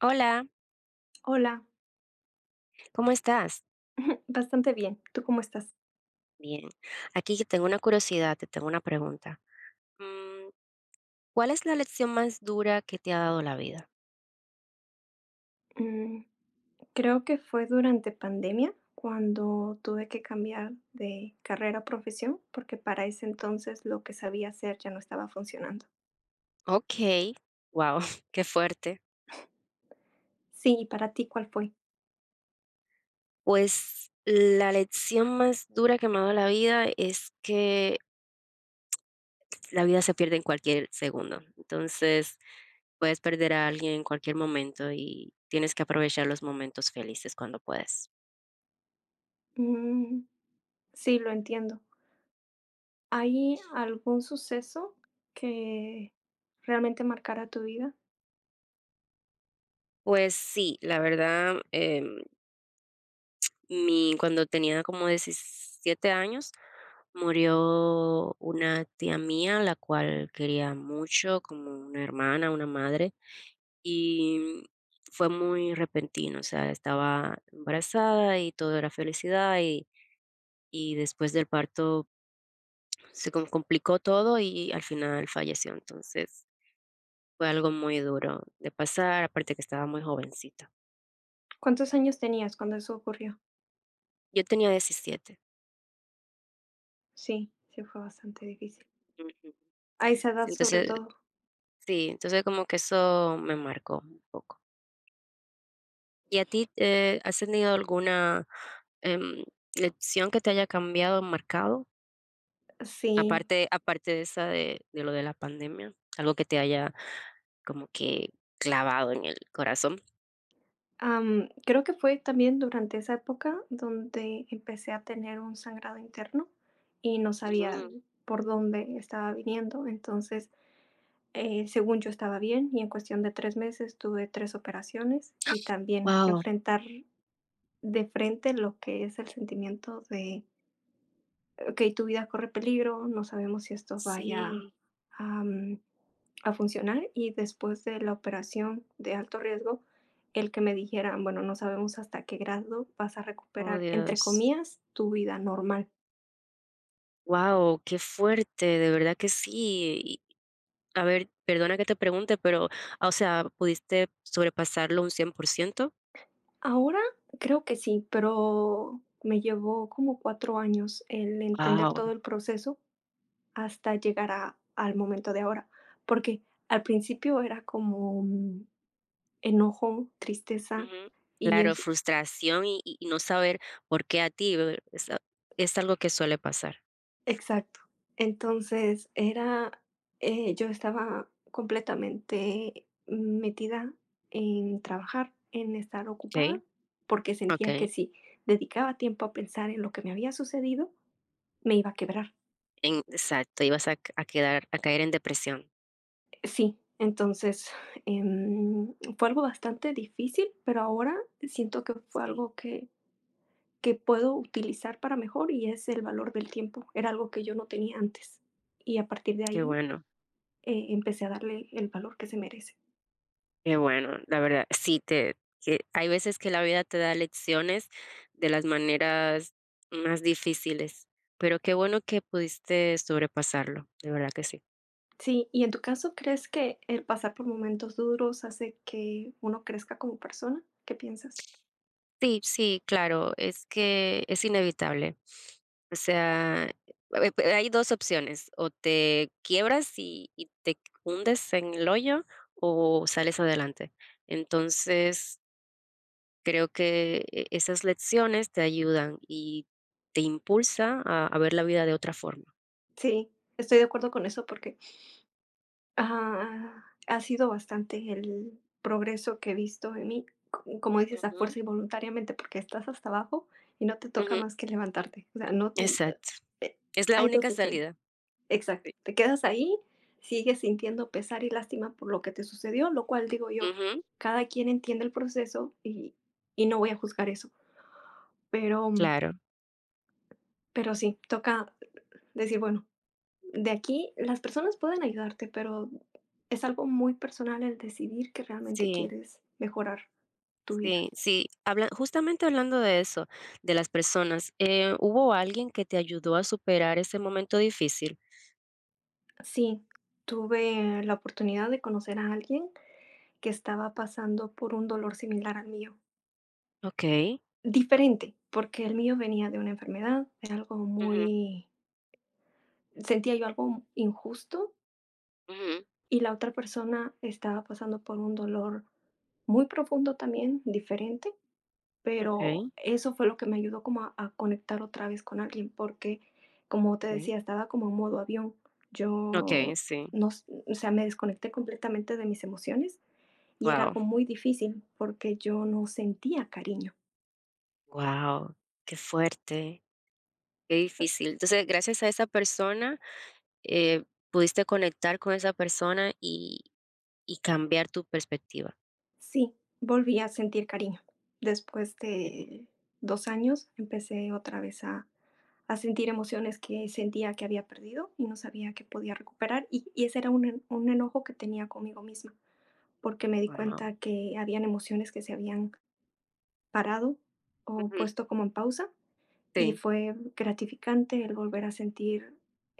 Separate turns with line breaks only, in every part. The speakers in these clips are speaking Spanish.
Hola,
Hola,
¿cómo estás?
bastante bien. ¿Tú cómo estás?
Bien. Aquí que tengo una curiosidad, te tengo una pregunta. Mm, ¿Cuál es la lección más dura que te ha dado la vida?
Mm, Creo que fue durante pandemia cuando tuve que cambiar de carrera a profesión, porque para ese entonces lo que sabía hacer ya no estaba funcionando.
Ok, wow, qué fuerte.
Sí, ¿y para ti cuál fue?
Pues la lección más dura que me ha dado la vida es que la vida se pierde en cualquier segundo. Entonces, puedes perder a alguien en cualquier momento y tienes que aprovechar los momentos felices cuando puedes.
Mm, sí, lo entiendo. ¿Hay algún suceso que realmente marcara tu vida?
Pues sí, la verdad, Mi cuando tenía como 17 años, murió una tía mía, la cual quería mucho, como una hermana, una madre, y fue muy repentino, o sea, estaba embarazada y todo era felicidad, y después del parto se complicó todo y al final falleció, entonces, fue algo muy duro de pasar, aparte que estaba muy jovencita.
¿Cuántos años tenías cuando eso ocurrió?
Yo tenía 17.
Sí, sí fue bastante difícil.
Ujú.
A esa edad
Sí,
sobre
entonces
todo.
Sí, entonces como que eso me marcó un poco. ¿Y a ti, has tenido alguna, em, lección que te haya cambiado, marcado?
Sí,
Aparte de esa de lo de la pandemia, algo que te haya como que clavado en el corazón.
Creo que fue también durante esa época donde empecé a tener un sangrado interno y no sabía por dónde estaba viniendo. Entonces, según yo estaba bien y en cuestión de 3 meses tuve tres operaciones y también
Wow,
enfrentar de frente lo que es el sentimiento de ok, tu vida corre peligro, no sabemos si esto vaya
sí,
a, mm, a funcionar. Y después de la operación de alto riesgo, el que me dijeran, bueno, no sabemos hasta qué grado vas a
oh,
recuperar, entre
Dios,
comillas, tu vida normal.
wow, qué fuerte, de verdad que sí. Y, a ver, perdona que te pregunte, pero, o sea, ¿pudiste sobrepasarlo un 100%?
Ahora creo que sí, pero me llevó como 4 años el entender
Wow.
todo el proceso hasta llegar al momento de ahora, porque al principio era como enojo, tristeza
Ujú.
y,
Claro,
es-
frustración y no saber por qué a ti, es algo que suele pasar.
Exacto. Entonces era, yo estaba completamente metida en trabajar, en estar ocupada,
¿Ok?
porque sentía
Okey,
que si dedicaba tiempo a pensar en lo que me había sucedido, me iba a quebrar.
en exacto, ibas a c a quedar a caer en depresión.
Sí, entonces, fue algo bastante difícil, pero ahora siento que fue
Sí,
algo que puedo utilizar para mejor y es el valor del tiempo. Era algo que yo no tenía antes. Y a partir de
qué
ahí
bueno,
empecé a darle el valor que se merece.
qué bueno, la verdad, sí te que hay veces que la vida te da lecciones de las maneras más difíciles, pero qué bueno que pudiste sobrepasarlo, de verdad que sí.
Sí, y en tu caso, ¿crees que el pasar por momentos duros hace que uno crezca como persona? ¿Qué piensas?
Sí, sí, claro, es que es inevitable. O sea, pe hay 2 opciones, o te quiebras y te hundes en el hoyo, o sales adelante. Entonces, creo que esas lecciones te ayudan y te impulsa a ver la vida de otra forma.
Sí, estoy de acuerdo con eso porque ha sido bastante el progreso que he visto en mí, como dices, a
Ujú,
fuerza y voluntariamente, porque estás hasta abajo y no te toca
ujú,
más que levantarte. O sea, no,
exacto.
eh,
Es la
hay
única
dos opciones.
salida. Sí.
Exacto, te quedas ahí, sigues sintiendo pesar y lástima por lo que te sucedió, lo cual digo yo,
Ujú,
cada quien entiende el proceso y no voy a juzgar eso, pero,
claro.
pero sí, toca decir, bueno, de aquí las personas pueden ayudarte, pero es algo muy personal el decidir que realmente
Sí,
quieres mejorar tu vida.
sí, sí. Habla justamente hablando de eso, de las personas, ¿hubo alguien que te ayudó a superar ese momento difícil?
Sí, tuve la oportunidad de conocer a alguien que estaba pasando por un dolor similar al mío.
Okey.
Diferente, porque el mío venía de una enfermedad, de algo
Ujú,
muy. Sentía yo algo injusto,
ujú.
y la otra persona estaba pasando por un dolor muy profundo también, diferente, pero
Okay.
eso fue lo que me ayudó como a conectar otra vez con alguien, porque, como te
Okay.
decía, estaba como en modo avión.
Okay,
Yo
sí.
no s o sea, me desconecté completamente de mis emociones, y era
Wow.
algo muy difícil, porque yo no sentía cariño.
Wow, qué fuerte, qué difícil. Entonces, gracias a esa persona, eh, pudiste conectar con esa persona y cambiar tu perspectiva.
Sí, volví a sentir cariño. Después
Wow,
de 2 años, empecé otra vez a sentir emociones que sentía que había perdido y no sabía que podía recuperar, y ese era un enojo que tenía conmigo misma, porque me di cuenta que habían emociones que se habían parado o puesto como en pausa, y
sí,
fue gratificante el volver a sentir,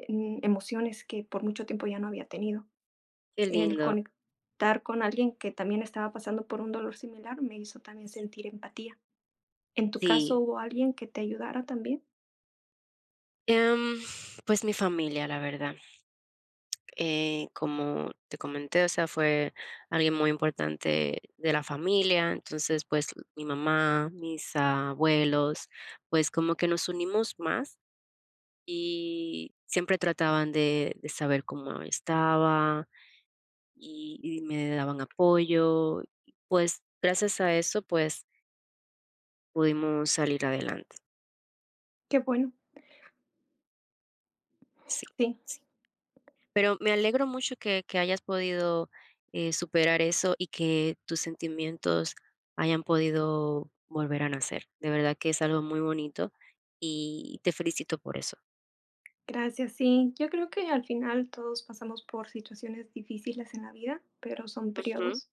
emociones que por mucho tiempo ya no había tenido.
qué
El
lindo.
conectar con alguien que también estaba pasando por un dolor similar me hizo también sentir empatía. ¿En tu caso
Sí.
hubo alguien que te ayudara también?
Em, pues mi familia, la verdad. Eh, como te comenté, o sea, fue alguien muy importante de la familia, entonces, pues, mi mamá, mis abuelos, pues, como que nos unimos más y siempre trataban de saber cómo estaba y me daban apoyo, y pues, gracias a eso, pues, pudimos salir adelante.
Qué bueno, sí,
Sí. Pero me alegro mucho que hayas podido superar eso y que tus sentimientos hayan podido volver a nacer. De verdad que es algo muy bonito y te felicito por eso.
gracias, sí. Yo creo que al final todos pasamos por situaciones difíciles en la vida, pero son
Ujú.
periodos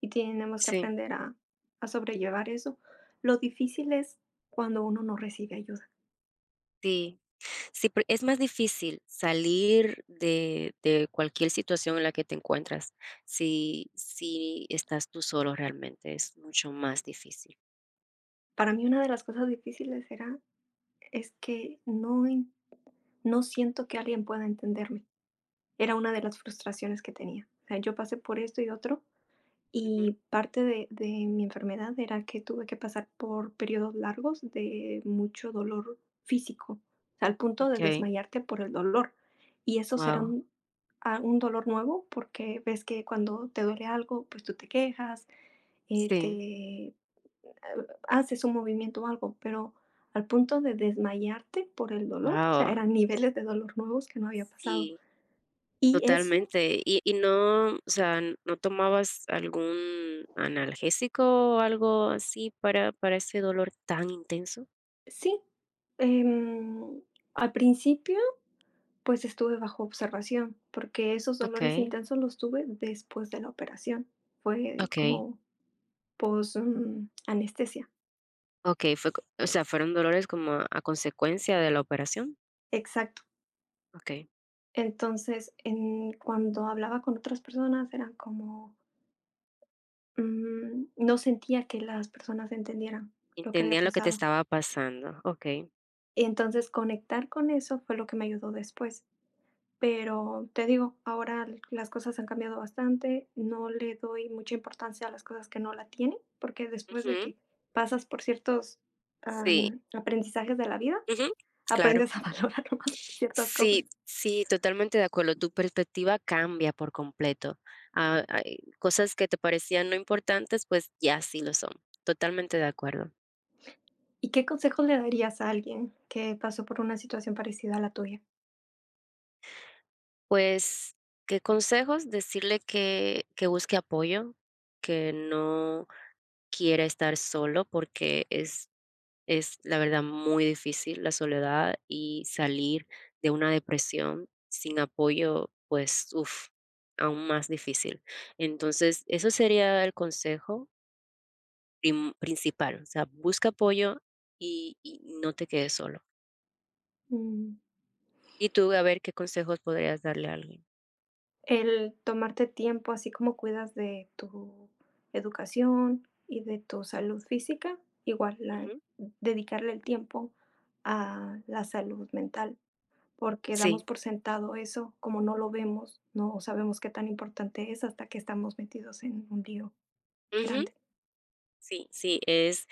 y tenemos que
Sí,
aprender a sobrellevar eso. Lo difícil es cuando uno no recibe ayuda.
sí. Sí, pero es más difícil salir de cualquier situación en la que te encuentras si, si estás tú solo realmente. Es mucho más difícil.
Para mí una de las cosas difíciles era es que no, no siento que alguien pueda entenderme. Era una de las frustraciones que tenía. O sea, yo pasé por esto y otro,
Ujú.
y parte de mi enfermedad era que tuve que pasar por periodos largos de mucho dolor físico, al punto de
Ok,
desmayarte por el dolor. Y esos eran
wow.
un dolor nuevo porque ves que cuando te duele algo, pues tú te quejas,
Sí,
te haces un movimiento o algo, pero al punto de desmayarte por el dolor, o sea,
wow.
eran niveles de dolor nuevos que no había pasado.
Sí.
Y eso.
Totalmente. No, o sea, ¿no tomabas algún analgésico o algo así para ese dolor tan intenso?
Sí, em, al principio, pues estuve bajo observación, porque esos dolores
Okay.
intensos los tuve después de la operación. Fue
Okay.
como pos anestesia.
Okay, fue co o sea, fueron dolores como a consecuencia de la operación.
Exacto.
Okay,
Entonces, cuando hablaba con otras personas, eran como, no sentía que las personas entendieran lo que había
entendían lo que te
pasado.
estaba pasando. Okay.
Y entonces conectar con eso fue lo que me ayudó después. Pero te digo, ahora las cosas han cambiado bastante, no le doy mucha importancia a las cosas que no la tienen, porque después de
Ujú.
que pasas por ciertos,
Sí.
aprendizajes de la vida,
Ujú. Claro.
aprendes a valorar más ciertas cosas.
Sí, sí, totalmente de acuerdo. Tu perspectiva cambia por completo. Ah, hay cosas que te parecían no importantes, pues ya sí lo son. Totalmente de acuerdo.
¿Y qué consejos le darías a alguien que pasó por una situación parecida a la tuya?
Pues, ¿qué consejos? Decirle que busque apoyo, que no quiera estar solo porque es… Es, la verdad, muy difícil la soledad y salir de una depresión sin apoyo, pues, uff, aún más difícil. Entonces, eso sería el consejo principal. O sea, busca apoyo y no te quedes solo.
Mm.
Y tú, a ver qué consejos podrías darle a alguien.
El tomarte tiempo, así como cuidas de tu educación y de tu salud física, igual la
Ujú.
dedicarle el tiempo a la salud mental, porque damos
Sí.
por sentado eso, como no lo vemos, no sabemos qué tan importante es hasta que estamos metidos en un lío
Ujú.
grande.
Sí, sí,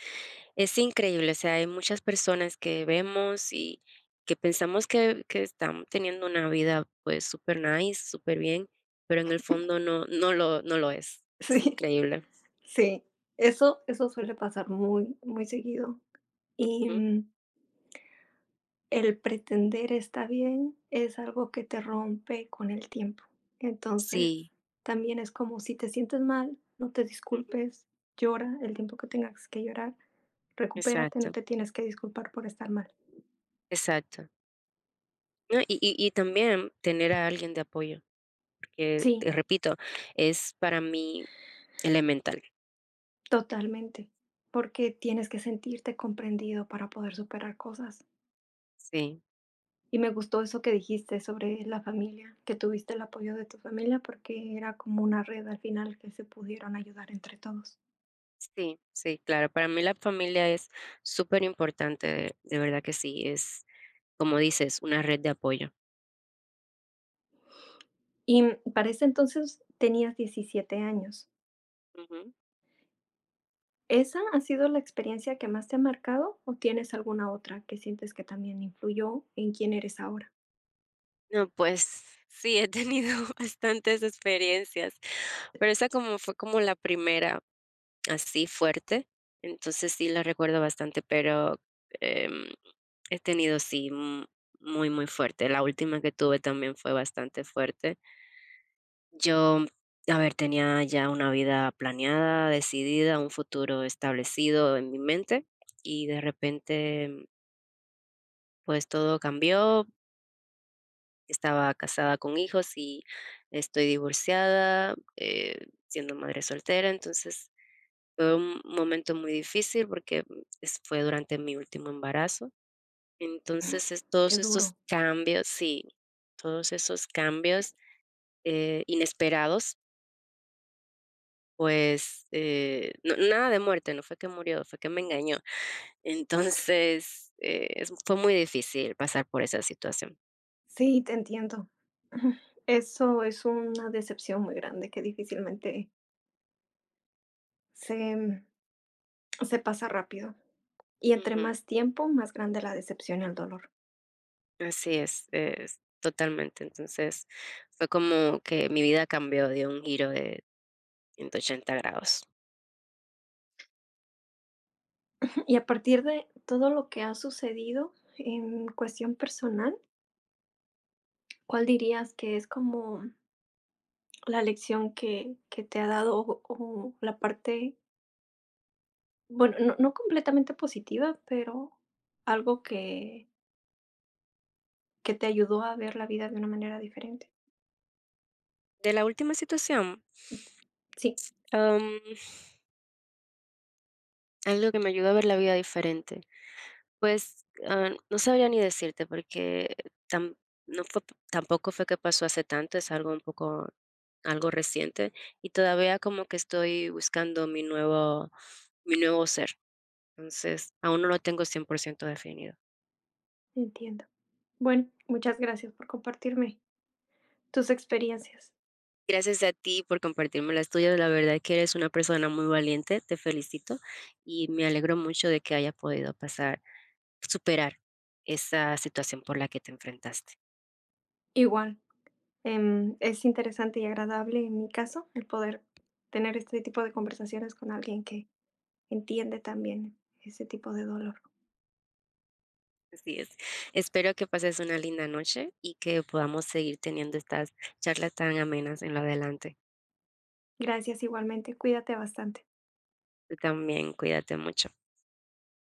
es increíble, o sea, hay muchas personas que vemos y que pensamos que están teniendo una vida, pues, súper nice, súper bien, pero en el fondo no lo no lo es. Es
Sí,
increíble.
sí, eso suele pasar muy, muy seguido. Y,
Ujú.
el pretender está bien, es algo que te rompe con el tiempo. Entonces,
Sí,
también es como si te sientes mal, no te
ujú,
disculpes, llora el tiempo que tengas que llorar, recupérate, no
exacto,
te tienes que disculpar por estar mal.
exacto. No, y también tener a alguien de apoyo, porque
Sí,
te repito, es para mí elemental.
totalmente, porque tienes que sentirte comprendido para poder superar cosas.
Sí,
Y me gustó eso que dijiste sobre la familia, que tuviste el apoyo de tu familia porque era como una red al final que se pudieron ayudar entre todos.
sí, sí, claro, para mí la familia es superimportante, de verdad que sí, es… Como dices, una red de apoyo.
Y para ese entonces tenías 17 años.
Ujú.
¿Esa ha sido la experiencia que más te ha marcado o tienes alguna otra que sientes que también influyó en quién eres ahora?
No, pues sí, he tenido bastantes experiencias, pero esa como fue como la primera así fuerte, entonces sí la recuerdo bastante, pero, em, he tenido sí, muy, muy fuerte. La última que tuve también fue bastante fuerte. Yo, a ver, tenía ya una vida planeada, decidida, un futuro establecido en mi mente y de repente, pues todo cambió. Estaba casada con hijos y estoy divorciada, siendo madre soltera, entonces fue un momento muy difícil porque mm, es fue durante mi último embarazo. Entonces, es todos
Qué
esos
duro.
cambios sí, todos esos cambios, inesperados, pues, no, nada de muerte, no fue que murió, fue que me engañó. Entonces, es fue muy difícil pasar por esa situación.
Sí, te entiendo. Eso es una decepción muy grande que difícilmente se, mm, se pasa rápido. Y entre
Ujú.
más tiempo, más grande la decepción y el dolor.
Así es totalmente. Entonces, fue como que mi vida cambió, dio un giro de 180 grados.
Y a partir de todo lo que ha sucedido en cuestión personal, ¿cuál dirías que es como la lección que te ha dado o la parte, bueno, no completamente positiva, pero algo que te ayudó a ver la vida de una manera diferente.
De la última situación,
Sí,
am, algo que me ayudó a ver la vida diferente, pues, no sabría ni decirte porque tam- no fue, tampoco fue que pasó hace tanto, es algo un poco, algo reciente y todavía como que estoy buscando mi nuevo ser. Entonces, aún no lo tengo 100% definido.
entiendo. Bueno, muchas gracias por compartirme tus experiencias.
Gracias a ti por compartirme las tuyas. La verdad que eres una persona muy valiente, te felicito y me alegro mucho de que haya podido pasar, superar esa situación por la que te enfrentaste.
Igual, es interesante y agradable, en mi caso, el poder tener este tipo de conversaciones con alguien que entiende también ese tipo de dolor.
Así es. Espero que pases una linda noche y que podamos seguir teniendo estas charlas tan amenas en lo adelante.
Gracias igualmente, cuídate bastante.
Tú también, cuídate mucho.